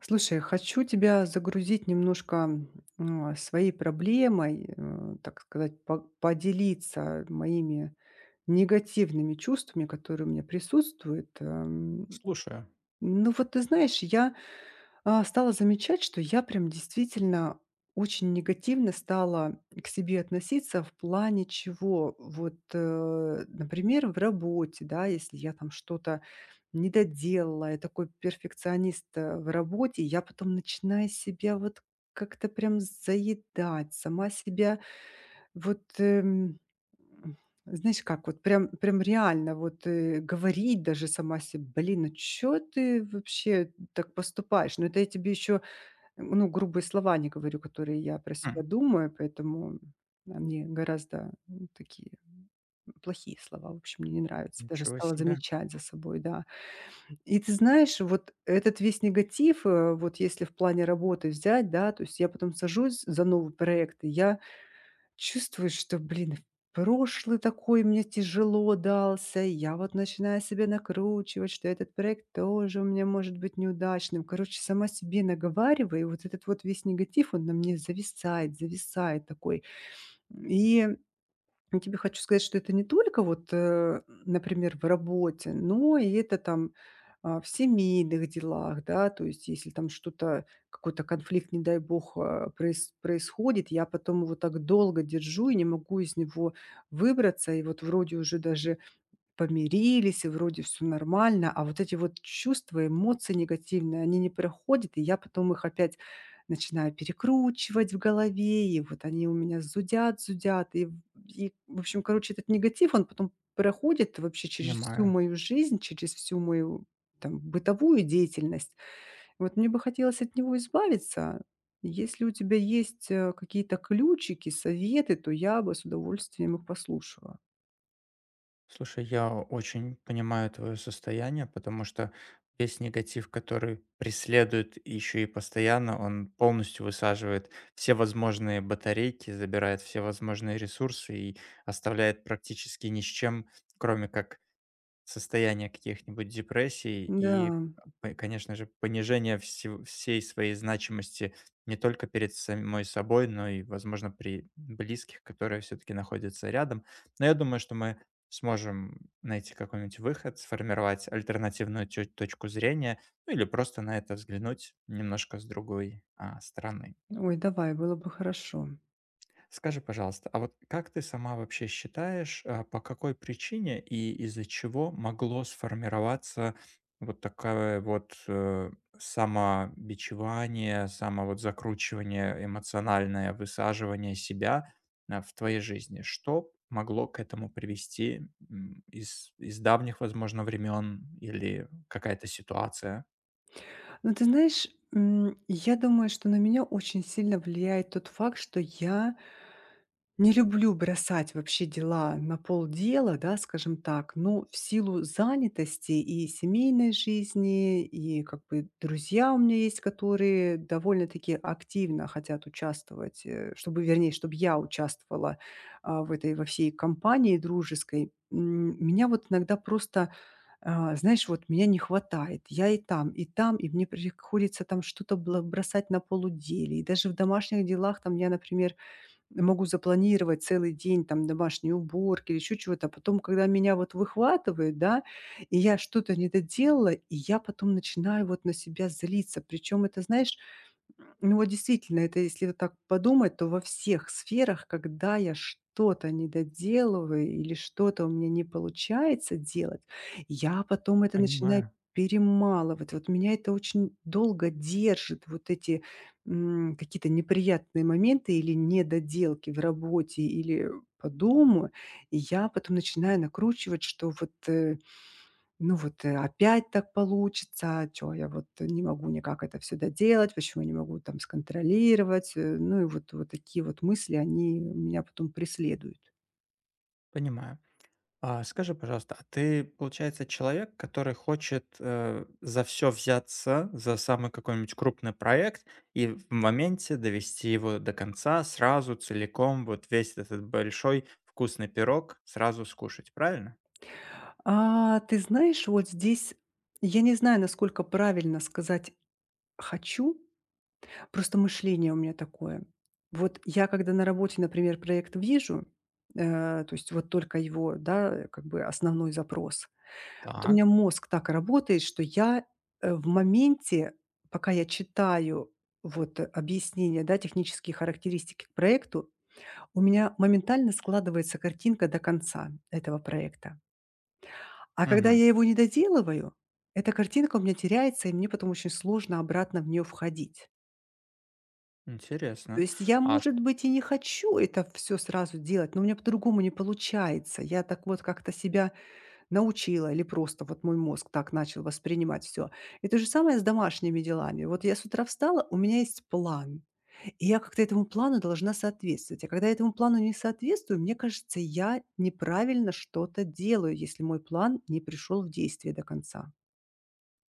Слушай, хочу тебя загрузить немножко своей проблемой, так сказать, поделиться моими негативными чувствами, которые у меня присутствуют. Слушаю. Ну вот ты знаешь, я стала замечать, что я прям действительно очень негативно стала к себе относиться в плане чего. Вот, например, в работе, да, если я там что-то не доделала, я такой перфекционист в работе, я потом начинаю себя вот как-то прям заедать, сама себя вот, знаешь как, вот прям реально вот, говорить даже сама себе: "Блин, ну что ты вообще так поступаешь?" Но это я тебе еще, ну, грубые слова не говорю, которые я про себя М, думаю, поэтому они гораздо, такие, плохие слова, в общем, мне не нравятся. Даже Ничего стала себе. замечать за собой, да. И ты знаешь, вот этот весь негатив, вот если в плане работы взять, да, то есть я потом сажусь за новый проект, и я чувствуешь, что, блин, прошлый такой мне тяжело дался, и я вот начинаю себя накручивать, что этот проект тоже у меня может быть неудачным. Короче, сама себе наговариваю, и вот этот вот весь негатив, он на мне зависает такой. И я тебе хочу сказать, что это не только вот, например, в работе, но и это там, в семейных делах, да. То есть если там что-то, какой-то конфликт, не дай бог, происходит, я потом его так долго держу и не могу из него выбраться. И вот вроде уже даже помирились, и вроде все нормально, а вот эти вот чувства, эмоции негативные, они не проходят, и я потом их опять начинаю перекручивать в голове, и вот они у меня зудят, в общем, короче, этот негатив, он потом проходит вообще через всю Понимаю. мою жизнь, через всю мою, там, бытовую деятельность. Вот мне бы хотелось от него избавиться. Если у тебя есть, какие-то ключики, советы, то я бы с удовольствием их послушала. Слушай, я очень понимаю твое состояние, потому что весь негатив, который преследует еще и постоянно, он полностью высаживает все возможные батарейки, забирает все возможные ресурсы и оставляет практически ни с чем, кроме как состояние каких-нибудь депрессий Да. и, п конечно же, понижение всев всей своей значимости не только перед самой собой, но и, возможно, при близких, которые все таки находятся рядом. Но я думаю, что мы сможем найти какой-нибудь выход, сформировать альтернативную тё точку зрения, ну или просто на это взглянуть немножко с другой, стороны. Ой, давай, было бы хорошо. Скажи, пожалуйста, а вот как ты сама вообще считаешь, по какой причине и из-за чего могло сформироваться вот такое самобичевание, само вот закручивание эмоциональное, высаживание себя в твоей жизни? Что могло к этому привести из давних, возможно, времен или какая-то ситуация? Но ты знаешь, я думаю, что на меня очень сильно влияет тот факт, что я не люблю бросать вообще дела на полдела, да, скажем так, но в силу занятости и семейной жизни, и как бы друзья у меня есть, которые довольно-таки активно хотят участвовать, чтобы, вернее, чтобы я участвовала в этой во всей компании дружеской. Меня вот иногда просто знаешь, вот меня не хватает. Я и там, и там, и мне приходится там что-то бросать на полудели. И даже в домашних делах там я, например, могу запланировать целый день там домашней уборки или еще чего-то. А потом, когда меня вот выхватывает, да, и я что-то не доделала, и я потом начинаю вот на себя злиться. Причем это, знаешь, ну вот действительно, это если вот так подумать, то во всех сферах, когда я что-то недоделываю или что-то у меня не получается делать, я потом это начинаю Понимаю, перемалывать. Вот меня это очень долго держит, вот эти какие-то неприятные моменты или недоделки в работе или по дому. И я потом начинаю накручивать, что опять так получится, что я вот не могу никак это все доделать, почему я не могу там сконтролировать. Ну и вот вот такие вот мысли, они меня потом преследуют. понимаю. А скажи, пожалуйста, а ты, получается, человек, который хочет, за все взяться, за самый какой-нибудь крупный проект и в моменте довести его до конца, сразу, целиком, вот весь этот большой вкусный пирог сразу скушать, правильно? Ты знаешь, вот здесь я не знаю, насколько правильно сказать "хочу", просто мышление у меня такое. Вот я когда на работе, например, проект вижу, то есть вот только его, да, как бы основной запрос, вот у меня Так, мозг так работает, что я, в моменте, пока я читаю вот, объяснения, да, технические характеристики к проекту, у меня моментально складывается картинка до конца этого проекта. А когда мгм, я его не доделываю, эта картинка у меня теряется, и мне потом очень сложно обратно в нее входить. То интересно. есть я, А может быть, и не хочу это все сразу делать, но у меня по-другому не получается. Я так вот как-то себя научила или просто вот мой мозг так начал воспринимать все. И то же самое с домашними делами. Вот я с утра встала, у меня есть план, и я как-то этому плану должна соответствовать. А когда я этому плану не соответствую, мне кажется, я неправильно что-то делаю, если мой план не пришел в действие до конца.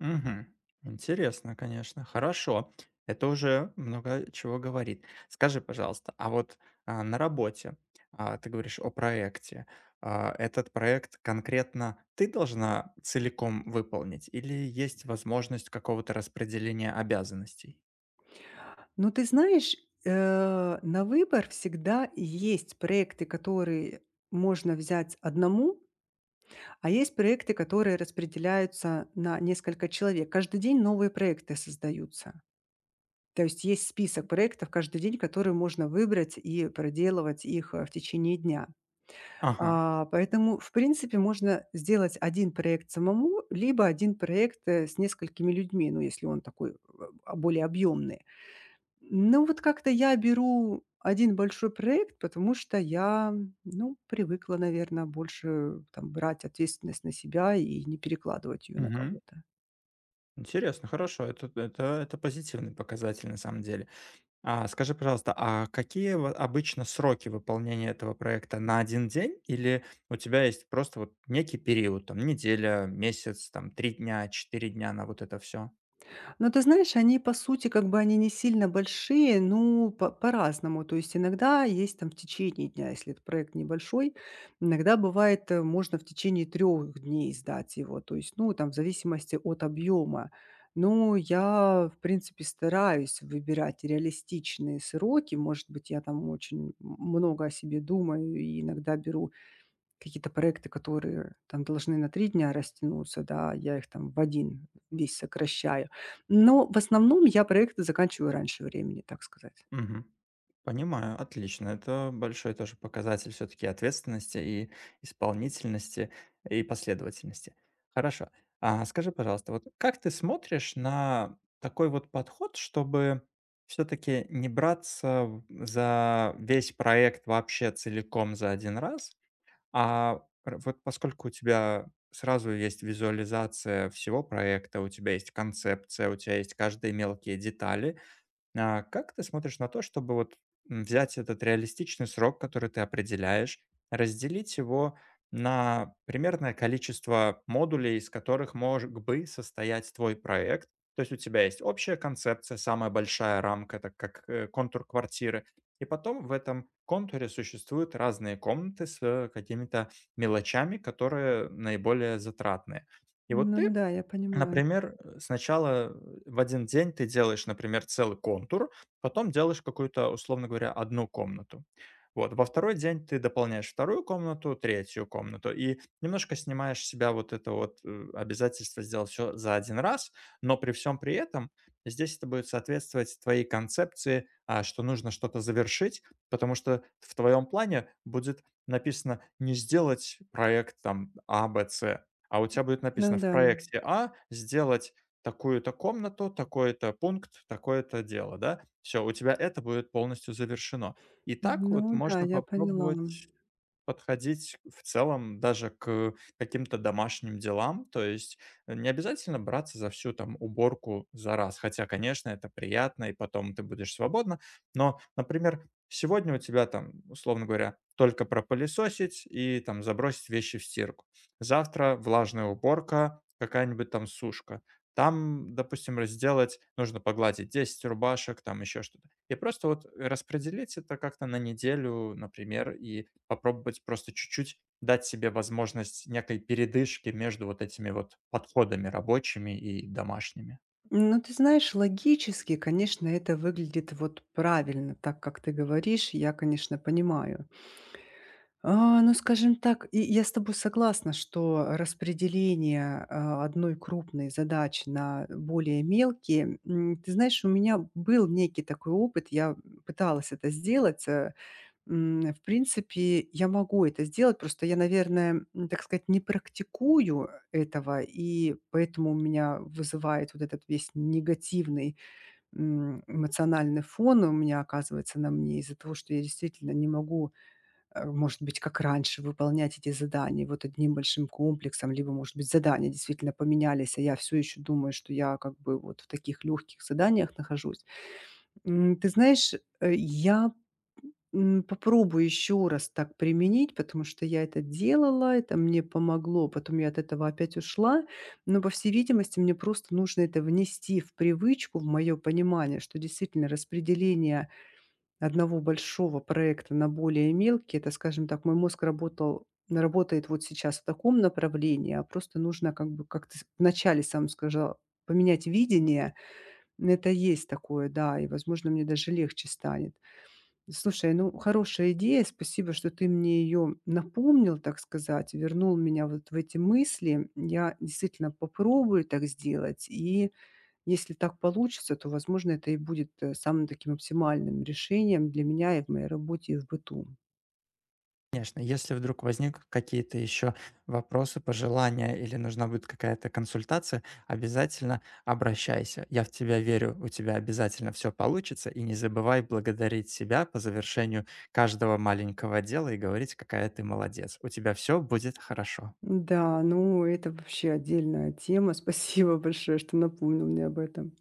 Мгм. Интересно, конечно. Хорошо. Это уже много чего говорит. Скажи, пожалуйста, а на работе ты говоришь о проекте. А, этот проект конкретно ты должна целиком выполнить или есть возможность какого-то распределения обязанностей? Но ты знаешь, на выбор всегда есть проекты, которые можно взять одному, а есть проекты, которые распределяются на несколько человек. Каждый день новые проекты создаются. То есть есть список проектов каждый день, которые можно выбрать и проделывать их, в течение дня. Ага. Поэтому, в принципе, можно сделать один проект самому, либо один проект, с несколькими людьми, ну, если он такой, более объемный. Но вот как-то я беру один большой проект, потому что я, ну, привыкла, наверное, больше там брать ответственность на себя и не перекладывать ее на Мгм. кого-то. Интересно, хорошо. Это позитивный показатель на самом деле. А скажи, пожалуйста, а какие в обычно сроки выполнения этого проекта? На один день или у тебя есть просто вот некий период, там неделя, месяц, там 3 дня, 4 дня на вот это все? Но ты знаешь, они по сути, как бы они не сильно большие, ну, по-разному. То есть иногда есть там в течение дня, если это проект небольшой, иногда бывает, можно в течение трех дней сдать его. То есть, ну, там в зависимости от объема. Ну, я, в принципе, стараюсь выбирать реалистичные сроки. Может быть, я там очень много о себе думаю и иногда беру какие-то проекты, которые там должны на 3 дня растянуться, да, я их там в один весь сокращаю. Но в основном я проекты заканчиваю раньше времени, так сказать. Понимаю, отлично. Это большой тоже показатель все-таки ответственности и исполнительности, и последовательности. Хорошо. А скажи, пожалуйста, вот как ты смотришь на такой вот подход, чтобы все-таки не браться за весь проект вообще целиком за один раз, а вот поскольку у тебя сразу есть визуализация всего проекта, у тебя есть концепция, у тебя есть каждые мелкие детали, а как ты смотришь на то, чтобы взять этот реалистичный срок, который ты определяешь, разделить его на примерное количество модулей, из которых мог бы состоять твой проект? То есть у тебя есть общая концепция, самая большая рамка, так как контур квартиры, и потом в этом контуре существуют разные комнаты с какими-то мелочами, которые наиболее затратные. И вот Ну ты да, я понимаю. например, сначала в один день ты делаешь, например, целый контур, потом делаешь какую-то, условно говоря, одну комнату. Вот. Во второй день ты дополняешь вторую комнату, третью комнату и немножко снимаешь с себя вот это обязательство сделать все за один раз, но при всем при этом здесь это будет соответствовать твоей концепции, а, что нужно что-то завершить, потому что в твоем плане будет написано не сделать проект там А, Б, С, а у тебя будет Ну написано: "В да. проекте А сделать такую-то комнату, такой-то пункт, такое-то дело", да? Все, у тебя это будет полностью завершено. И так вот Ну да, можно я поняла. попробовать подходить в целом даже к каким-то домашним делам. То есть не обязательно браться за всю там уборку за раз. Хотя, конечно, это приятно, и потом ты будешь свободна. Но, например, сегодня у тебя там, условно говоря, только пропылесосить и там забросить вещи в стирку. Завтра влажная уборка, какая-нибудь там сушка. Там, допустим, разделать, нужно погладить 10 рубашек, там еще что-то. И просто вот распределить это как-то на неделю, например, и попробовать просто чуть-чуть дать себе возможность некой передышки между вот этими вот подходами рабочими и домашними. Ну, ты знаешь, логически, конечно, это выглядит вот правильно, так как ты говоришь, я, конечно, понимаю. Ну, скажем так, и я с тобой согласна, что распределение одной крупной задачи на более мелкие. Ты знаешь, у меня был некий такой опыт, я пыталась это сделать. В принципе, я могу это сделать, просто я, наверное, так сказать, не практикую этого, и поэтому у меня вызывает вот этот весь негативный эмоциональный фон у меня оказывается на мне из-за того, что я действительно не могу может быть, как раньше, выполнять эти задания вот одним большим комплексом, либо, может быть, задания действительно поменялись, а я все еще думаю, что я как бы вот в таких легких заданиях нахожусь. Ты знаешь, я попробую еще раз так применить, потому что я это делала, это мне помогло, потом я от этого опять ушла, но, по всей видимости, мне просто нужно это внести в привычку, в мое понимание, что действительно распределение одного большого проекта на более мелкие, это, скажем так, мой мозг работал работает вот сейчас в таком направлении, а просто нужно как бы, как ты с вначале сам сказал, поменять видение. Н это есть такое, да, и, возможно, мне даже легче станет. Слушай, ну, хорошая идея. Спасибо, что ты мне ее напомнил, так сказать, вернул меня вот в эти мысли. Я действительно попробую так сделать и если так получится, то, возможно, это и будет, самым таким оптимальным решением для меня и в моей работе, и в быту. Конечно, если вдруг возникнут какие-то еще вопросы, пожелания или нужна будет какая-то консультация, обязательно обращайся. Я в тебя верю, у тебя обязательно все получится. И не забывай благодарить себя по завершению каждого маленького дела и говорить, какая ты молодец. У тебя все будет хорошо. Да, ну, это вообще отдельная тема. Спасибо большое, что напомнил мне об этом.